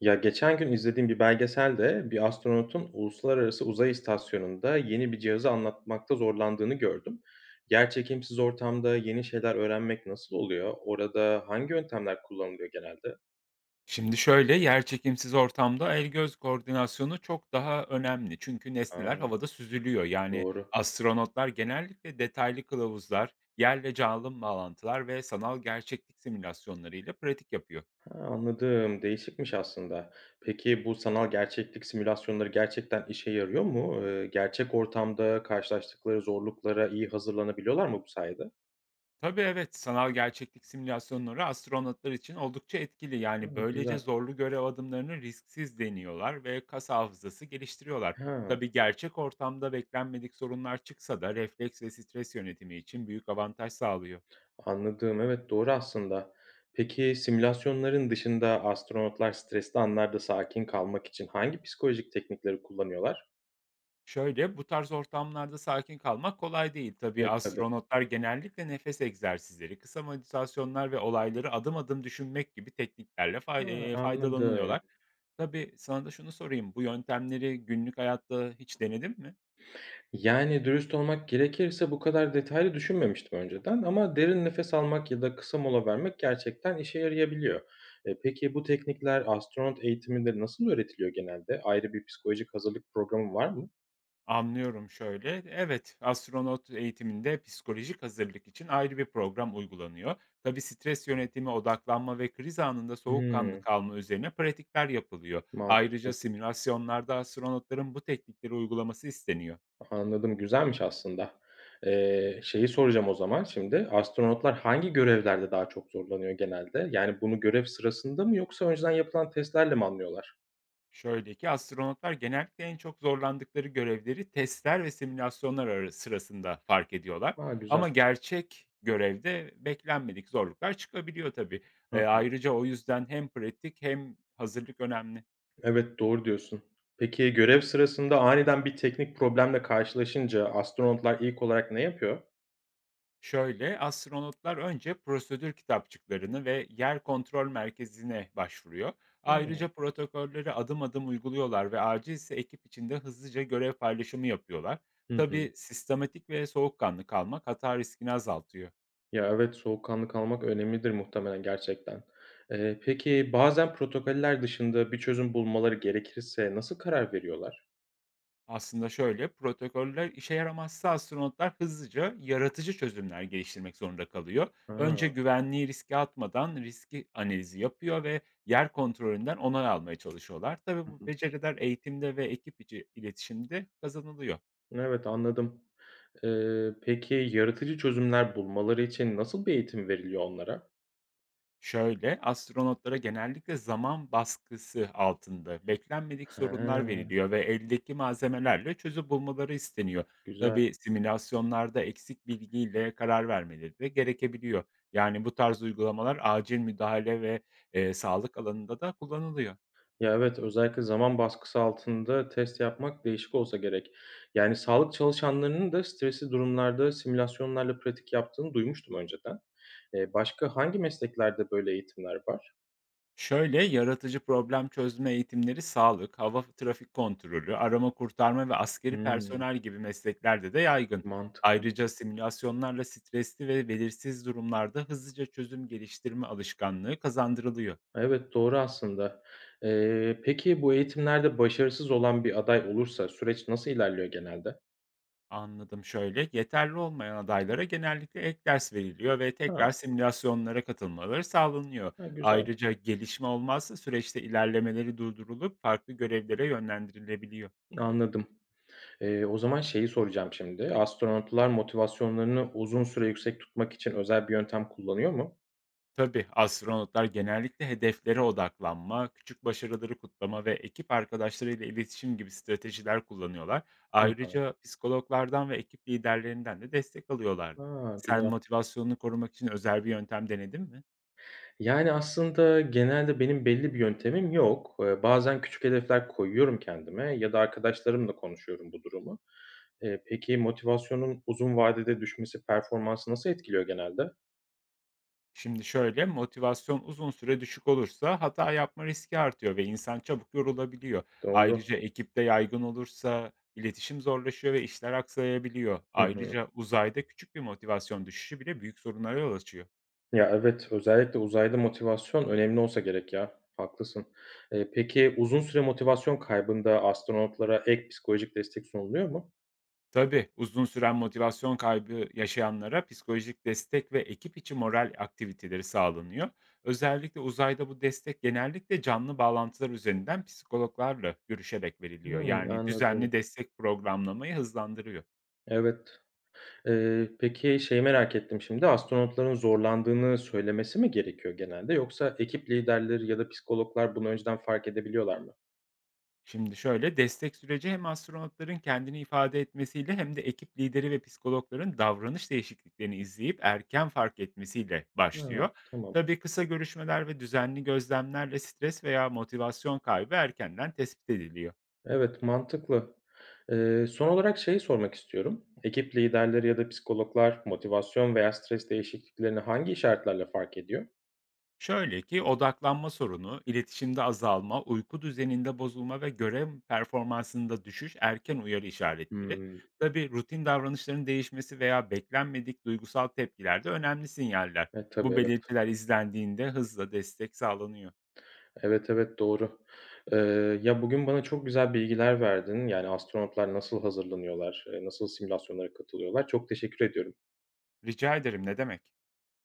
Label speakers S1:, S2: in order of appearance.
S1: Ya geçen gün izlediğim bir belgeselde bir astronotun uluslararası uzay istasyonunda yeni bir cihazı anlatmakta zorlandığını gördüm. Yerçekimsiz ortamda yeni şeyler öğrenmek nasıl oluyor? Orada hangi yöntemler kullanılıyor genelde?
S2: Şimdi şöyle, yerçekimsiz ortamda el göz koordinasyonu çok daha önemli. Çünkü nesneler
S1: Aa,
S2: havada süzülüyor. Yani
S1: doğru.
S2: astronotlar genellikle detaylı kılavuzlar, yerle canlı bağlantılar ve sanal gerçeklik simülasyonları ile pratik yapıyor.
S1: Ha, anladım. Değişikmiş aslında. Peki bu sanal gerçeklik simülasyonları gerçekten işe yarıyor mu? Gerçek ortamda karşılaştıkları zorluklara iyi hazırlanabiliyorlar mı bu sayede?
S2: Tabii evet, sanal gerçeklik simülasyonları astronotlar için oldukça etkili.
S1: Ha,
S2: Yani böylece
S1: güzel.
S2: zorlu görev adımlarını risksiz deniyorlar ve kas hafızası geliştiriyorlar.
S1: Ha.
S2: Tabii gerçek ortamda beklenmedik sorunlar çıksa da refleks ve stres yönetimi için büyük avantaj sağlıyor.
S1: Anladığım, evet, doğru aslında. Peki simülasyonların dışında astronotlar stresli anlarda sakin kalmak için hangi psikolojik teknikleri kullanıyorlar?
S2: Şöyle, bu tarz ortamlarda sakin kalmak kolay değil. Tabii
S1: Evet, tabii.
S2: astronotlar genellikle nefes egzersizleri, kısa meditasyonlar ve olayları adım adım düşünmek gibi tekniklerle
S1: Ha, anladım.
S2: faydalanıyorlar. Tabii sana da şunu sorayım, bu yöntemleri günlük hayatta hiç denedin mi?
S1: Yani dürüst olmak gerekirse bu kadar detaylı düşünmemiştim önceden ama derin nefes almak ya da kısa mola vermek gerçekten işe yarayabiliyor. Peki bu teknikler astronot eğitiminde nasıl öğretiliyor genelde? Ayrı bir psikolojik hazırlık programı var mı?
S2: Anlıyorum şöyle. Evet, astronot eğitiminde psikolojik hazırlık için ayrı bir program uygulanıyor. Tabii stres yönetimi, odaklanma ve kriz anında soğukkanlı
S1: Hmm,
S2: kalma üzerine pratikler yapılıyor. Ayrıca
S1: mantıklı.
S2: simülasyonlarda astronotların bu teknikleri uygulaması isteniyor.
S1: Anladım, güzelmiş aslında. Şeyi soracağım o zaman şimdi, astronotlar hangi görevlerde daha çok zorlanıyor genelde? Yani bunu görev sırasında mı yoksa önceden yapılan testlerle mi anlıyorlar?
S2: Şöyle ki astronotlar genellikle en çok zorlandıkları görevleri testler ve sırasında fark ediyorlar.
S1: A, güzel.
S2: Ama gerçek görevde beklenmedik zorluklar çıkabiliyor tabii.
S1: Hı hı.
S2: Ayrıca o yüzden hem pratik hem hazırlık önemli.
S1: Evet, doğru diyorsun. Peki görev sırasında aniden bir teknik problemle karşılaşınca astronotlar ilk olarak ne yapıyor?
S2: Şöyle, astronotlar önce prosedür kitapçıklarını ve yer kontrol merkezine başvuruyor.
S1: Hıı.
S2: Ayrıca protokolleri adım adım uyguluyorlar ve acilse ekip içinde hızlıca görev paylaşımı yapıyorlar.
S1: Hı hı.
S2: Tabii sistematik ve soğukkanlı kalmak hata riskini azaltıyor.
S1: Ya, evet, soğukkanlı kalmak önemlidir muhtemelen gerçekten. Peki bazen protokoller dışında bir çözüm bulmaları gerekirse nasıl karar veriyorlar?
S2: Aslında şöyle, protokoller işe yaramazsa astronotlar hızlıca yaratıcı çözümler geliştirmek zorunda kalıyor. Önce
S1: Ha.
S2: güvenliği riske atmadan riski analizi yapıyor ve yer kontrolünden onay almaya çalışıyorlar. Tabii
S1: Hı
S2: bu
S1: hı.
S2: beceriler eğitimde ve ekip içi iletişimde kazanılıyor.
S1: Evet, anladım. Peki yaratıcı çözümler bulmaları için nasıl bir eğitim veriliyor onlara?
S2: Şöyle, astronotlara genellikle zaman baskısı altında beklenmedik sorunlar
S1: He,
S2: veriliyor ve eldeki malzemelerle çözüm bulmaları isteniyor.
S1: güzel.
S2: Tabii simülasyonlarda eksik bilgiyle karar vermeleri de gerekebiliyor. Yani bu tarz uygulamalar acil müdahale ve sağlık alanında da kullanılıyor.
S1: Ya, evet, özellikle zaman baskısı altında test yapmak değişik olsa gerek. Yani sağlık çalışanlarının da stresli durumlarda simülasyonlarla pratik yaptığını duymuştum önceden. Başka hangi mesleklerde böyle eğitimler var?
S2: Şöyle, yaratıcı problem çözme eğitimleri sağlık, hava trafik kontrolü, arama kurtarma ve askeri
S1: Hımm,
S2: personel gibi mesleklerde de yaygın.
S1: mantıklı.
S2: Ayrıca simülasyonlarla stresli ve belirsiz durumlarda hızlıca çözüm geliştirme alışkanlığı kazandırılıyor.
S1: Evet, doğru aslında. Peki bu eğitimlerde başarısız olan bir aday olursa süreç nasıl ilerliyor genelde?
S2: Anladım şöyle, yeterli olmayan adaylara genellikle ek ders veriliyor ve tekrar
S1: Ha,
S2: simülasyonlara katılmaları sağlanıyor.
S1: ha, güzel.
S2: Ayrıca gelişme olmazsa süreçte ilerlemeleri durdurulup farklı görevlere yönlendirilebiliyor.
S1: Anladım. O zaman şeyi soracağım şimdi. Astronotlar motivasyonlarını uzun süre yüksek tutmak için özel bir yöntem kullanıyor mu?
S2: Tabii, astronotlar genellikle hedeflere odaklanma, küçük başarıları kutlama ve ekip arkadaşlarıyla iletişim gibi stratejiler kullanıyorlar.
S1: Hı hı.
S2: Ayrıca psikologlardan ve ekip liderlerinden de destek alıyorlar.
S1: Aa,
S2: Sen
S1: güzel.
S2: motivasyonunu korumak için özel bir yöntem denedin mi?
S1: Yani, aslında genelde benim belli bir yöntemim yok. Bazen küçük hedefler koyuyorum kendime ya da arkadaşlarımla konuşuyorum bu durumu. Peki motivasyonun uzun vadede düşmesi performansı nasıl etkiliyor genelde?
S2: Şimdi şöyle, motivasyon uzun süre düşük olursa hata yapma riski artıyor ve insan çabuk yorulabiliyor.
S1: Doğru.
S2: Ayrıca ekipte yaygın olursa iletişim zorlaşıyor ve işler aksayabiliyor.
S1: Hı hı.
S2: Ayrıca uzayda küçük bir motivasyon düşüşü bile büyük sorunlara yol açıyor.
S1: Ya, evet, özellikle uzayda motivasyon önemli olsa gerek ya, haklısın. Peki uzun süre motivasyon kaybında astronotlara ek psikolojik destek sunuluyor mu?
S2: Tabii, uzun süren motivasyon kaybı yaşayanlara psikolojik destek ve ekip içi moral aktiviteleri sağlanıyor. Özellikle uzayda bu destek genellikle canlı bağlantılar üzerinden psikologlarla görüşerek veriliyor.
S1: Hımm,
S2: Yani
S1: anladım.
S2: düzenli destek programlamayı hızlandırıyor.
S1: Evet. Peki şey merak ettim şimdi, astronotların zorlandığını söylemesi mi gerekiyor genelde yoksa ekip liderleri ya da psikologlar bunu önceden fark edebiliyorlar mı?
S2: Şimdi şöyle, destek süreci hem astronotların kendini ifade etmesiyle hem de ekip lideri ve psikologların davranış değişikliklerini izleyip erken fark etmesiyle başlıyor.
S1: Ha, tamam.
S2: Tabii kısa görüşmeler ve düzenli gözlemlerle stres veya motivasyon kaybı erkenden tespit ediliyor.
S1: Evet, mantıklı. Son olarak şeyi sormak istiyorum. Ekip liderleri ya da psikologlar motivasyon veya stres değişikliklerini hangi işaretlerle fark ediyor?
S2: Şöyle ki odaklanma sorunu, iletişimde azalma, uyku düzeninde bozulma ve görev performansında düşüş erken uyarı işaretleri.
S1: Hımm.
S2: Tabii rutin davranışların değişmesi veya beklenmedik duygusal tepkiler de önemli sinyaller.
S1: Tabii,
S2: Bu
S1: evet.
S2: belirtiler izlendiğinde hızla destek sağlanıyor.
S1: Evet, evet, doğru. Ya, bugün bana çok güzel bilgiler verdin. Yani, astronotlar nasıl hazırlanıyorlar, nasıl simülasyonlara katılıyorlar. Çok teşekkür ediyorum.
S2: Rica ederim ne demek?